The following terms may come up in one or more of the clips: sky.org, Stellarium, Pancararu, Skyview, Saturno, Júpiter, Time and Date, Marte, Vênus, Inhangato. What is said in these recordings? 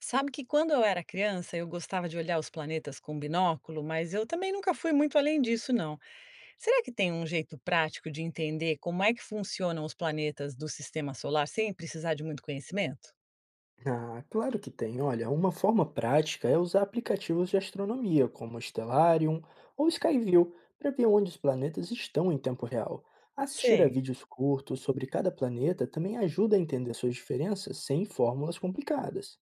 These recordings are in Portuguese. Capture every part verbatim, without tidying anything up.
Sabe que quando eu era criança, eu gostava de olhar os planetas com binóculo, mas eu também nunca fui muito além disso, não. Será que tem um jeito prático de entender como é que funcionam os planetas do sistema solar sem precisar de muito conhecimento? Ah, claro que tem. Olha, uma forma prática é usar aplicativos de astronomia, como o Stellarium ou Skyview, para ver onde os planetas estão em tempo real. Assistir a Sei. vídeos curtos sobre cada planeta também ajuda a entender suas diferenças sem fórmulas complicadas.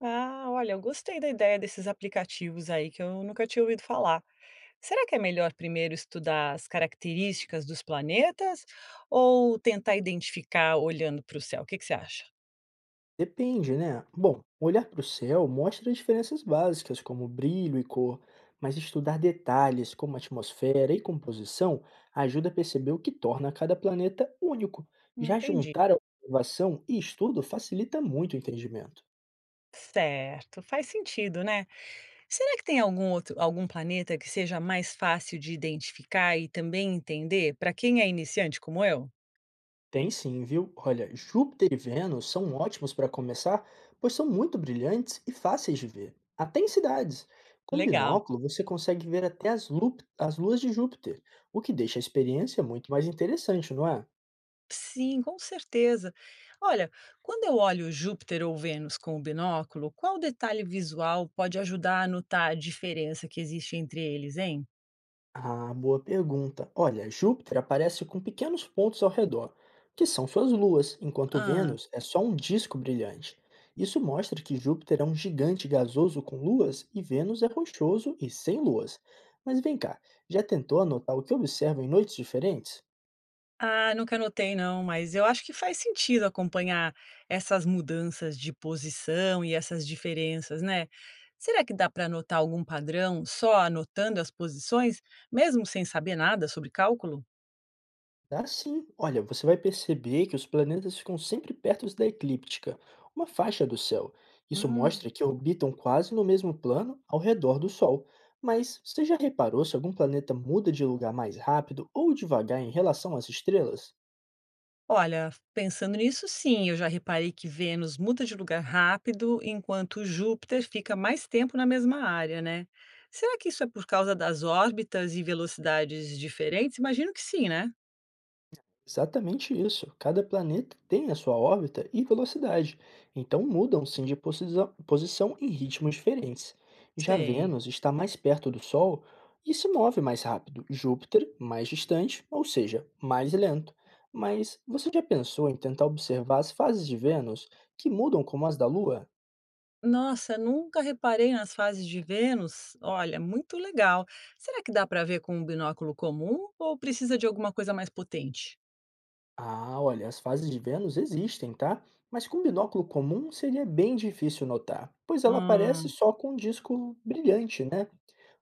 Ah, olha, eu gostei da ideia desses aplicativos aí que eu nunca tinha ouvido falar. Será que é melhor primeiro estudar as características dos planetas ou tentar identificar olhando para o céu? O que que você acha? Depende, né? Bom, olhar para o céu mostra diferenças básicas como brilho e cor, mas estudar detalhes como atmosfera e composição ajuda a perceber o que torna cada planeta único. Já Entendi. juntar a observação e estudo facilita muito o entendimento. Certo, faz sentido, né? Será que tem algum outro algum planeta que seja mais fácil de identificar e também entender para quem é iniciante como eu? Tem sim, viu? Olha, Júpiter e Vênus são ótimos para começar, pois são muito brilhantes e fáceis de ver, até em cidades. Com Legal. binóculo, você consegue ver até as, lup- as luas de Júpiter, o que deixa a experiência muito mais interessante, não é? Sim, com certeza. Olha, quando eu olho Júpiter ou Vênus com o binóculo, qual detalhe visual pode ajudar a notar a diferença que existe entre eles, hein? Ah, boa pergunta. Olha, Júpiter aparece com pequenos pontos ao redor, que são suas luas, enquanto Hã? Vênus é só um disco brilhante. Isso mostra que Júpiter é um gigante gasoso com luas e Vênus é rochoso e sem luas. Mas vem cá, já tentou anotar o que observa em noites diferentes? Ah, nunca anotei não, mas eu acho que faz sentido acompanhar essas mudanças de posição e essas diferenças, né? Será que dá para notar algum padrão só anotando as posições, mesmo sem saber nada sobre cálculo? Dá sim. Olha, você vai perceber que os planetas ficam sempre perto da eclíptica, uma faixa do céu. Isso Hum. mostra que orbitam quase no mesmo plano ao redor do Sol. Mas você já reparou se algum planeta muda de lugar mais rápido ou devagar em relação às estrelas? Olha, pensando nisso, sim, eu já reparei que Vênus muda de lugar rápido, enquanto Júpiter fica mais tempo na mesma área, né? Será que isso é por causa das órbitas e velocidades diferentes? Imagino que sim, né? Exatamente isso. Cada planeta tem a sua órbita e velocidade, então mudam sim de posição posição em ritmos diferentes. Já Sei. Vênus está mais perto do Sol e se move mais rápido, Júpiter mais distante, ou seja, mais lento. Mas você já pensou em tentar observar as fases de Vênus que mudam como as da Lua? Nossa, nunca reparei nas fases de Vênus. Olha, muito legal. Será que dá para ver com um binóculo comum ou precisa de alguma coisa mais potente? Ah, olha, as fases de Vênus existem, tá? Mas com um binóculo comum seria bem difícil notar, pois ela aparece Hum, só com um disco brilhante, né?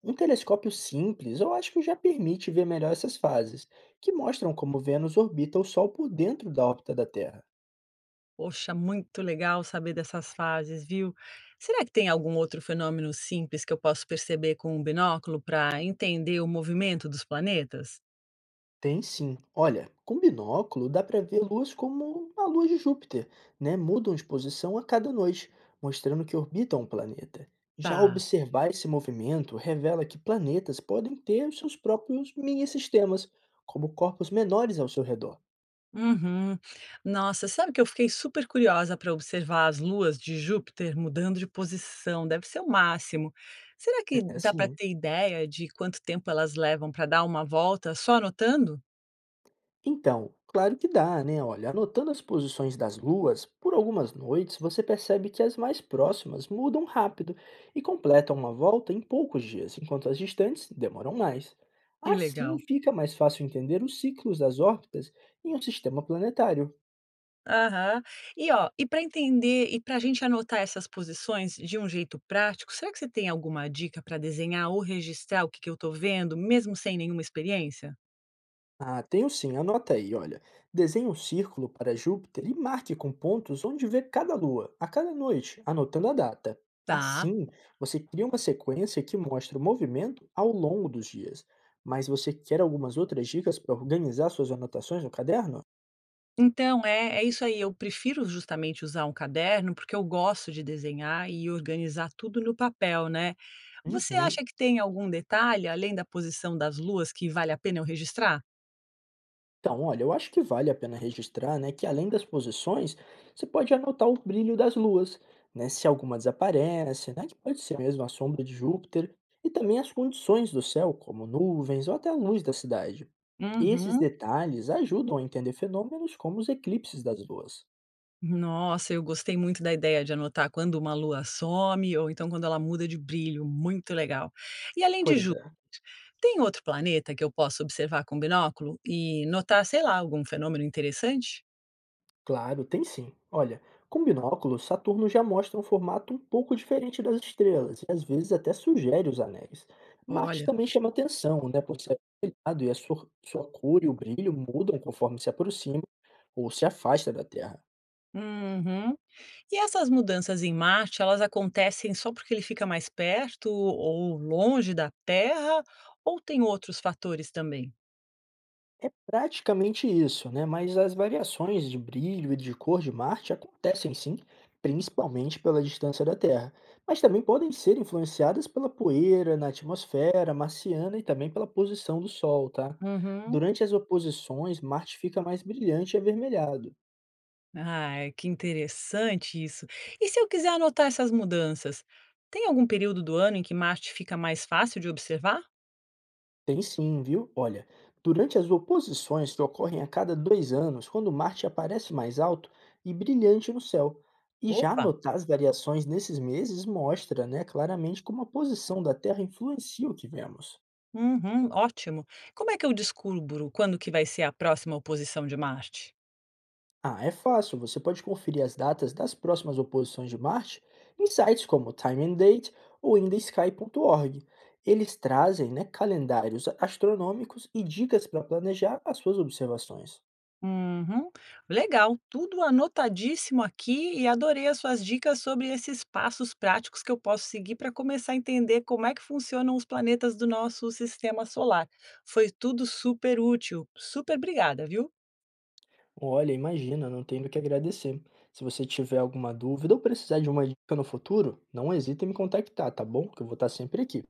Um telescópio simples, eu acho que já permite ver melhor essas fases, que mostram como Vênus orbita o Sol por dentro da órbita da Terra. poxa, muito legal saber dessas fases, viu? Será que tem algum outro fenômeno simples que eu posso perceber com um binóculo para entender o movimento dos planetas? Tem sim. Olha, com binóculo dá para ver luas como a lua de Júpiter, né? Mudam de posição a cada noite, mostrando que orbitam o planeta. Já Tá. observar esse movimento revela que planetas podem ter os seus próprios mini-sistemas, como corpos menores ao seu redor. Uhum. Nossa, sabe que eu fiquei super curiosa para observar as luas de Júpiter mudando de posição, deve ser o máximo. Será que É dá para assim, ter ideia de quanto tempo elas levam para dar uma volta só anotando? então, claro que dá, né? Olha, anotando as posições das luas, por algumas noites você percebe que as mais próximas mudam rápido e completam uma volta em poucos dias, enquanto as distantes demoram mais. Que Assim legal. fica mais fácil entender os ciclos das órbitas em um sistema planetário. Aham. E ó, e para entender e para a gente anotar essas posições de um jeito prático, será que você tem alguma dica para desenhar ou registrar o que que eu estou vendo, mesmo sem nenhuma experiência? Ah, tenho sim, anota aí, olha. Desenhe um círculo para Júpiter e marque com pontos onde vê cada lua, a cada noite, anotando a data. Tá. Assim, você cria uma sequência que mostra o movimento ao longo dos dias. Mas você quer algumas outras dicas para organizar suas anotações no caderno? Então, é é isso aí, eu prefiro justamente usar um caderno, porque eu gosto de desenhar e organizar tudo no papel, né. Você acha Uhum. que tem algum detalhe, além da posição das luas, que vale a pena eu registrar? Então, olha, eu acho que vale a pena registrar, né, que além das posições, você pode anotar o brilho das luas, né, se alguma desaparece, né, que pode ser mesmo a sombra de Júpiter, e também as condições do céu, como nuvens ou até a luz da cidade. Esses Uhum. detalhes ajudam a entender fenômenos como os eclipses das luas. Nossa, eu gostei muito da ideia de anotar quando uma lua some ou então quando ela muda de brilho, muito legal. E além de Pois Júpiter, é. tem outro planeta que eu possa observar com binóculo e notar, sei lá, algum fenômeno interessante? Claro, tem sim. Olha, com binóculos, Saturno já mostra um formato um pouco diferente das estrelas e às vezes até sugere os anéis. Marte Olha. também chama atenção, né, por ser avermelhado e a sua, sua cor e o brilho mudam conforme se aproxima ou se afasta da Terra. Uhum. E essas mudanças em Marte, elas acontecem só porque ele fica mais perto ou longe da Terra, ou tem outros fatores também? É praticamente isso, né? Mas as variações de brilho e de cor de Marte acontecem sim, principalmente pela distância da Terra, mas também podem ser influenciadas pela poeira na atmosfera marciana e também pela posição do Sol, tá? Uhum. Durante as oposições, Marte fica mais brilhante e avermelhado. Ah, que interessante isso. E se eu quiser anotar essas mudanças, tem algum período do ano em que Marte fica mais fácil de observar? Tem sim, viu? Olha, durante as oposições que ocorrem a cada dois anos, quando Marte aparece mais alto e brilhante no céu. E já Opa, notar as variações nesses meses mostra, né, claramente como a posição da Terra influencia o que vemos. uhum, ótimo. Como é que eu descubro quando que vai ser a próxima oposição de Marte? Ah, é fácil, você pode conferir as datas das próximas oposições de Marte em sites como Time and Date ou ainda sky ponto org. Eles trazem, né, calendários astronômicos e dicas para planejar as suas observações. Uhum. Legal, tudo anotadíssimo aqui e adorei as suas dicas sobre esses passos práticos que eu posso seguir para começar a entender como é que funcionam os planetas do nosso sistema solar. Foi tudo super útil. Super obrigada, viu? Olha, imagina, não tem do que agradecer. Se você tiver alguma dúvida ou precisar de uma dica no futuro, não hesite em me contactar, tá bom? Que eu vou estar sempre aqui.